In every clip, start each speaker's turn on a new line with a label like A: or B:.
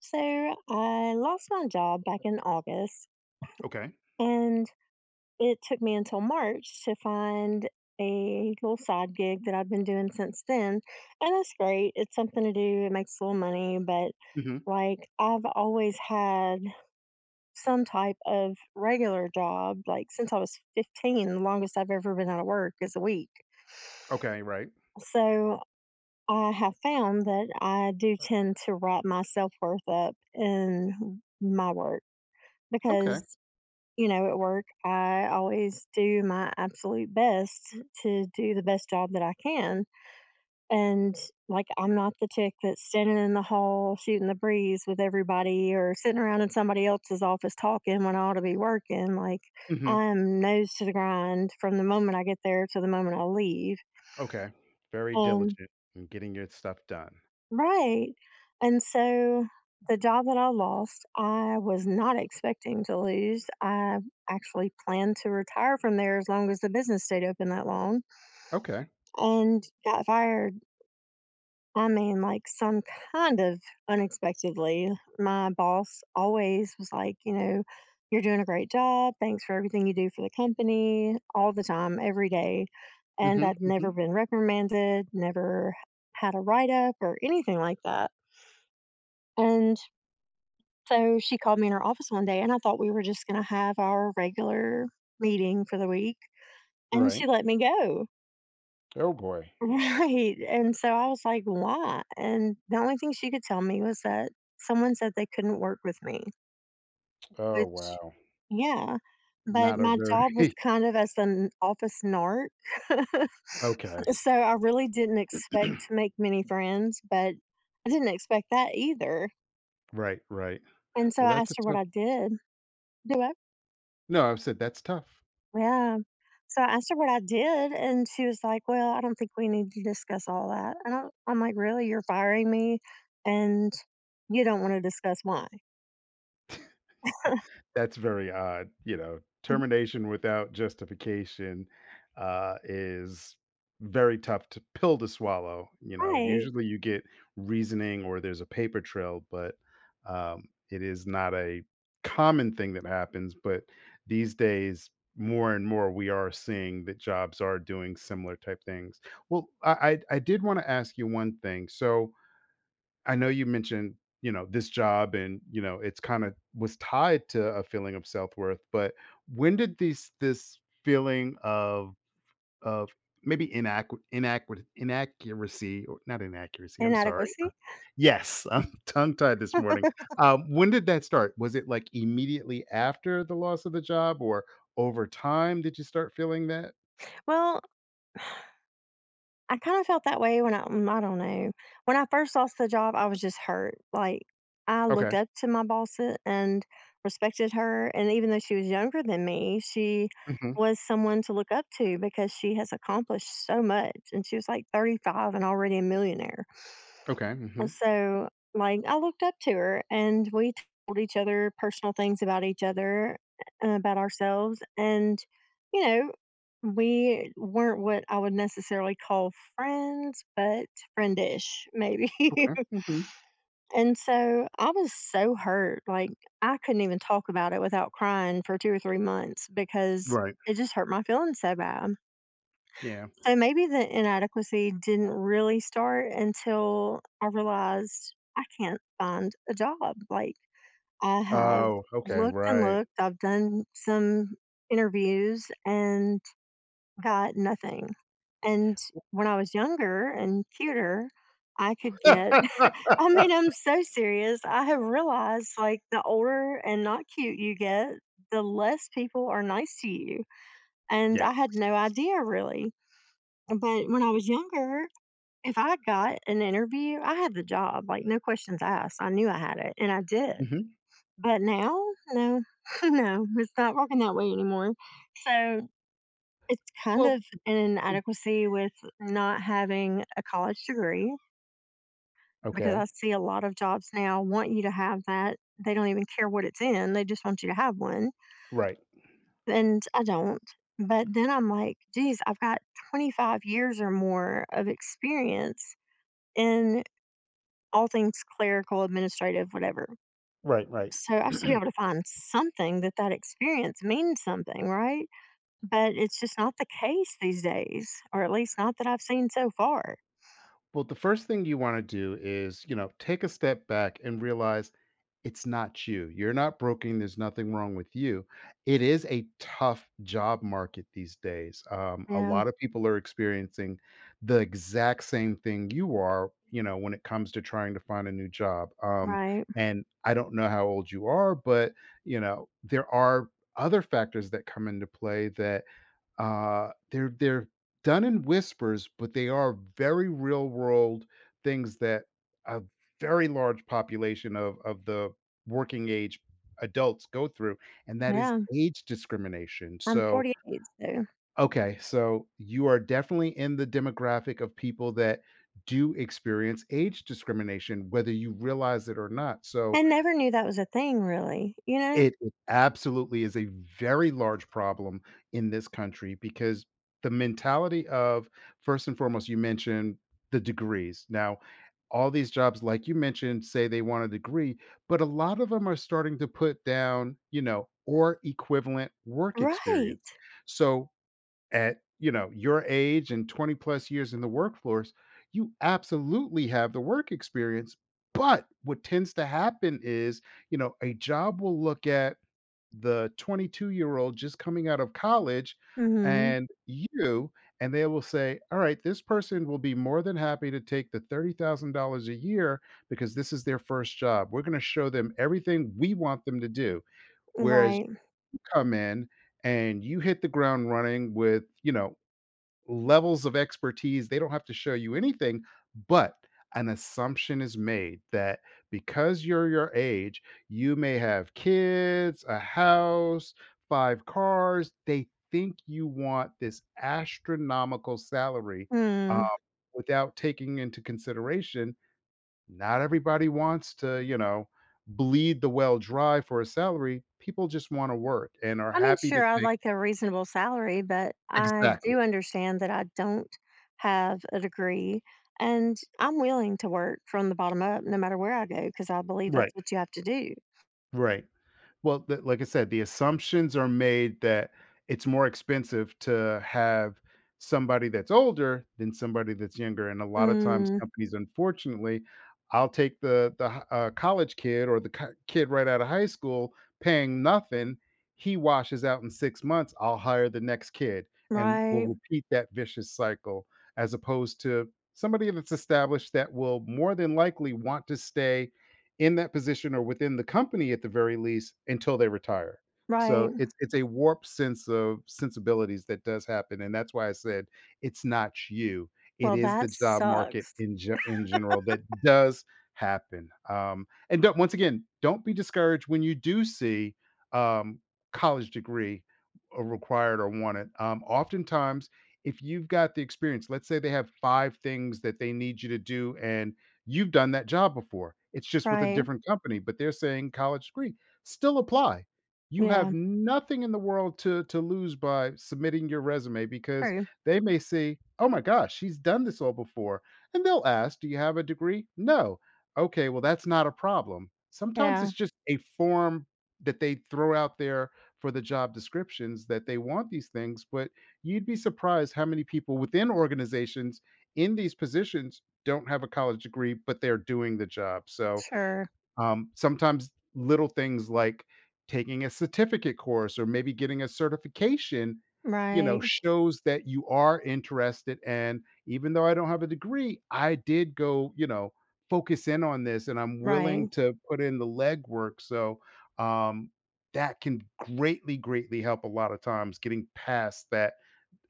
A: So I lost my job back in August,
B: Okay.
A: and it took me until March to find a little side gig that I've been doing since then. And that's great. It's something to do, it makes a little money, but
B: Mhm.
A: like I've always had some type of regular job, like since I was 15, the longest I've ever been out of work is a week.
B: Okay, right.
A: So I have found that I do tend to wrap my self worth up in my work because.
B: Okay.
A: You know, at work, I always do my absolute best to do the best job that I can. And like, I'm not the chick that's standing in the hall shooting the breeze with everybody or sitting around in somebody else's office talking when I ought to be working. Like,
B: Mhm.
A: I'm nose to the grind from the moment I get there to the moment I leave.
B: Okay. Very
A: And
B: diligent in getting your stuff done.
A: Right. And so the job that I lost, I was not expecting to lose. I actually planned to retire from there as long as the business stayed open that long
B: Okay.
A: and got fired. I mean, like some kind of unexpectedly. My boss always was like, you're doing a great job. Thanks for everything you do for the company all the time, every day. And
B: Mhm,
A: I'd never
B: mhm.
A: been reprimanded, never had a write up or anything like that. And So she called me in her office one day, and I thought we were just gonna have our regular meeting for the week, and she
B: Right.
A: let me go.
B: Oh boy.
A: Right, and so I was like, "Why?" And the only thing she could tell me was that someone said they couldn't work with me,
B: Oh,
A: which
B: wow.
A: yeah, but
B: Not a
A: my job was
B: very
A: kind of as an office narc.
B: Okay.
A: So I really didn't expect to make many friends, but I didn't expect that either,
B: Right, right.
A: and so
B: Well,
A: I
B: that's
A: asked
B: a
A: her what
B: tough
A: I did. Do
B: No, I've said that's tough.
A: Yeah. So I asked her what I did, and she was like, "Well, I don't think we need to discuss all that." And I'm like, "Really? You're firing me, and you don't want to discuss why?"
B: That's very odd, you know, termination without justification, is very tough to pill to swallow. You know,
A: Right.
B: usually you get reasoning or there's a paper trail, but, um, it is not a common thing that happens, but these days, more and more, we are seeing that jobs are doing similar type things. Well, I did wanna ask you one thing. So I know you mentioned, you know, this job and, you know, it's kinda was tied to a feeling of self-worth, but when did these this feeling of of maybe inaccurate inaccurate inaccuracy or not inaccuracy, I'm sorry.
A: Inadequacy.
B: Yes, I'm tongue-tied this morning. When did that start? Was it, like, immediately after the loss of the job, or over time did you start feeling that?
A: Well, I kinda felt that way when I don't know. When I first lost the job, I was just hurt, like, I looked
B: Okay.
A: up to my boss a and respected her, and even though she was younger than me, she
B: Mhm.
A: was someone to look up to because she has accomplished so much, and she was, like, 35 and already a millionaire.
B: Okay,
A: And
B: mhm.
A: so, like, I looked up to her and we told each other personal things about each other, about ourselves. And, you know, we weren't what I would necessarily call friends, but friendish, maybe.
B: Okay, mhm.
A: And so I was so hurt. Like, I couldn't even talk about it without crying for two or three months because
B: Right.
A: it just hurt my feelings so bad.
B: Yeah.
A: So maybe the inadequacy didn't really start until I realized I can't find a job. Like, I have
B: Oh, okay,
A: looked and
B: right.
A: looked, I've done some interviews and got nothing. And when I was younger and cuter, I could get, I mean, I'm so serious. I have realized like the older and not cute you get, the less people are nice to you. And I
B: Yes.
A: had no idea really but when I was younger, if I got an interview, I had the job, like, no questions asked. I knew I had it, and I did.
B: Mhm.
A: But now, no, no, it's not working that way anymore. So it's kind
B: Well,
A: of an inadequacy with not having a college degree because I
B: okay.
A: see a lot of jobs now want you to have that. They don't even care what it's in, they just want you to have one.
B: Right.
A: And I don't. But then I'm like, geez, I've got 25 years or more of experience in all things clerical, administrative, whatever.
B: Right, right.
A: So I should be able to find something that that experience means something, right? But it's just not the case these days, or at least not that I've seen so far.
B: Well, the first thing you wanna do is, you know, take a step back and realize it's not you. You're not broken, there's nothing wrong with you. It is a tough job market these days. A
A: Yeah,
B: lot of people are experiencing the exact same thing you are, you know, when it comes to trying to find a new job. Um,
A: right.
B: and I don't know how old you are, but, you know, there are other factors that come into play that they're done in whispers, but they are very real world things that a very large population of the working age adults go through, and that is
A: Yeah,
B: age discrimination.
A: I'm
B: So,
A: 48, so
B: okay, so you are definitely in the demographic of people that do experience age discrimination, whether you realize it or not.
A: I
B: So,
A: never knew that was a thing, really. You know?
B: it absolutely is a very large problem in this country because the mentality of first and foremost, you mentioned the degrees. Now, all these jobs, like you mentioned, say they want a degree, but a lot of them are starting to put down, you know, or equivalent work
A: Right.
B: experience. So at, you know, your age and 20 plus years in the workforce, you absolutely have the work experience. But what tends to happen is, you know, a job will look at the 22-year-old just coming out of college
A: Hmm.
B: and you, and they will say, "All right, this person will be more than happy to take the $30,000 a year because this is their first job. We're gonna show them everything we want them to do." Whereas you
A: Right.
B: come in and you hit the ground running with, you know, levels of expertise. They don't have to show you anything, but an assumption is made that because you're your age, you may have kids, a house, 5 cars. They think you want this astronomical salary uh,
A: Hmm.
B: without taking into consideration. Not everybody wants to, you know, bleed the well dry for a salary. People just want to work and are
A: I mean,
B: happy
A: sure,
B: to
A: I'd
B: take.
A: like a reasonable salary, but I
B: Exactly.
A: do understand that I don't have a degree. And I'm willing to work from the bottom up no matter where I go because I believe
B: Right.
A: that's what you have to do.
B: Right. Well, the like I said, the assumptions are made that it's more expensive to have somebody that's older than somebody that's younger, and a lot of times
A: Mm,
B: companies, unfortunately, I'll take the h college kid, or the ki kid right out of high school paying nothing. He washes out in 6 months, I'll hire the next kid, and we'll
A: right,
B: repeat that vicious cycle, as opposed to somebody that's established that will more than likely want to stay in that position or within the company at the very least until they retire. So
A: right.
B: it's a warped sense of sensibilities that does happen, and that's why I said it's not you. It
A: Well,
B: is the
A: that
B: job market
A: sucks.
B: in in general that does happen. And don't, once again, don't be discouraged when you do see um, college degree or required or wanted. Oftentimes, if you've got the experience, let's say they have 5 things that they need you to do, and you've done that job before. It's just with a
A: Right.
B: different company, but they're saying college degree, still apply. You
A: Yeah,
B: have nothing in the world to lose by submitting your resume, because
A: true.
B: they may say, "Oh my gosh, she's done this all before." And they'll ask, "Do you have a degree?" "No." "Okay, well, that's not a problem." Sometimes
A: Yeah,
B: it's just a form that they throw out there for the job descriptions, that they want these things, but you'd be surprised how many people within organizations in these positions don't have a college degree, but they're doing the job. So,
A: sure.
B: sometimes little things like taking a certificate course or maybe getting a certification, you know,
A: Right,
B: shows that you are interested. And even though I don't have a degree, I did go, you know, focus in on this and I'm
A: right.
B: willing to put in the legwork. So, um, that can greatly, greatly help a lot of times getting past that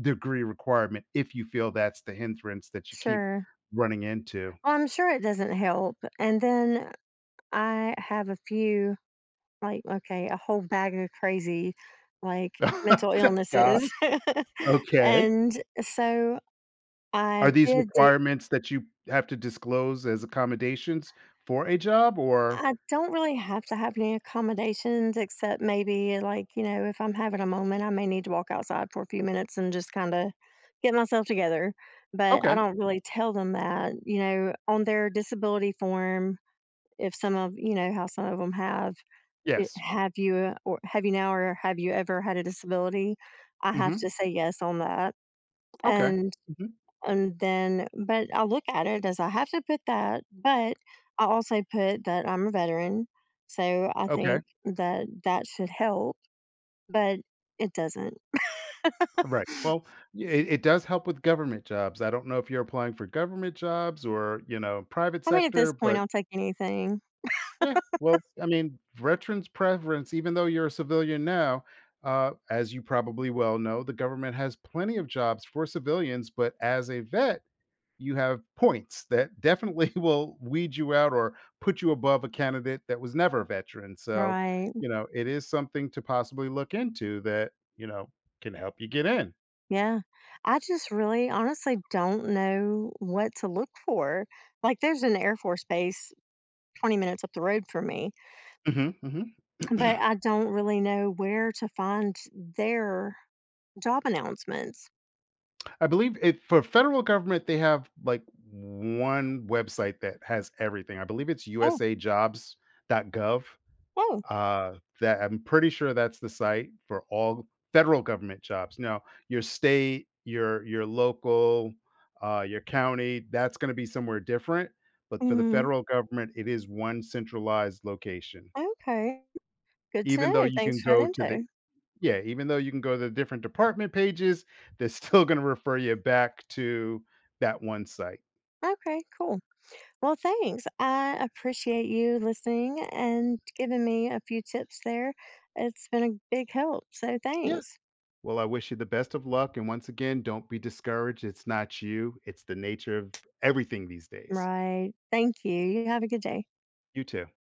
B: degree requirement, if you feel that's the hindrance that you keep
A: Sure.
B: running into.
A: Well, I'm sure it doesn't help. And then I have a few Like, okay, a whole bag of crazy, like, mental
B: Gosh,
A: illnesses.
B: okay.
A: And so I
B: Are these
A: did do
B: requirements that you have to disclose as accommodations for a job, or
A: I don't really have to have any accommodations except maybe, like, you know, if I'm having a moment, I may need to walk outside for a few minutes and just kinda get myself together, but I
B: Okay,
A: don't really tell them that, you know, on their disability form, if some of you know, how some of them have it,
B: yes.
A: have you or have you now or have you ever had a disability? I have to
B: Mhm,
A: say yes on that.
B: okay.
A: And
B: Mhm,
A: and then but I look at it as I have to put that, but I also put that I'm a veteran. So I
B: okay,
A: think that that should help, but it doesn't.
B: right. Well, yeah, it does help with government jobs. I don't know if you're applying for government jobs or, you know, private
A: I mean, at this
B: sector,
A: point,
B: but
A: I'll take anything.
B: yeah, well, I mean, veterans' preference, even though you're a civilian now, as you probably well know, the government has plenty of jobs for civilians, but as a vet you have points that definitely will weed you out, or put you above a candidate that was never a veteran. So,
A: Right.
B: you know, it is something to possibly look into, that, you know, can help you get in.
A: Yeah. I just really honestly don't know what to look for. Like, there's an Air Force base 20 minutes up the road from me.
B: Mhm, mhm.
A: But I don't really know where to find their job announcements.
B: I believe it for federal government, they have like one website that has everything. I believe it's
A: Oh,
B: usajobs.gov.
A: oh,
B: Uh, that I'm pretty sure that's the site for all federal government jobs. Now, your state, your local, your county, that's going to be somewhere different. But for the
A: hmm
B: federal government, it is one centralized location.
A: Okay. Good to
B: Even though
A: know.
B: you
A: Thanks
B: can
A: for that
B: go to the
A: info.
B: yeah, even though you can go to the different department pages, they're still going to refer you back to that one site.
A: Okay, cool. Well, thanks. I appreciate you listening and giving me a few tips there. It's been a big help. So
B: Yeah.
A: thanks.
B: Well, I wish you the best of luck. And once again, don't be discouraged. It's not you, it's the nature of everything these days.
A: Right. Thank you. You have a good day.
B: You too.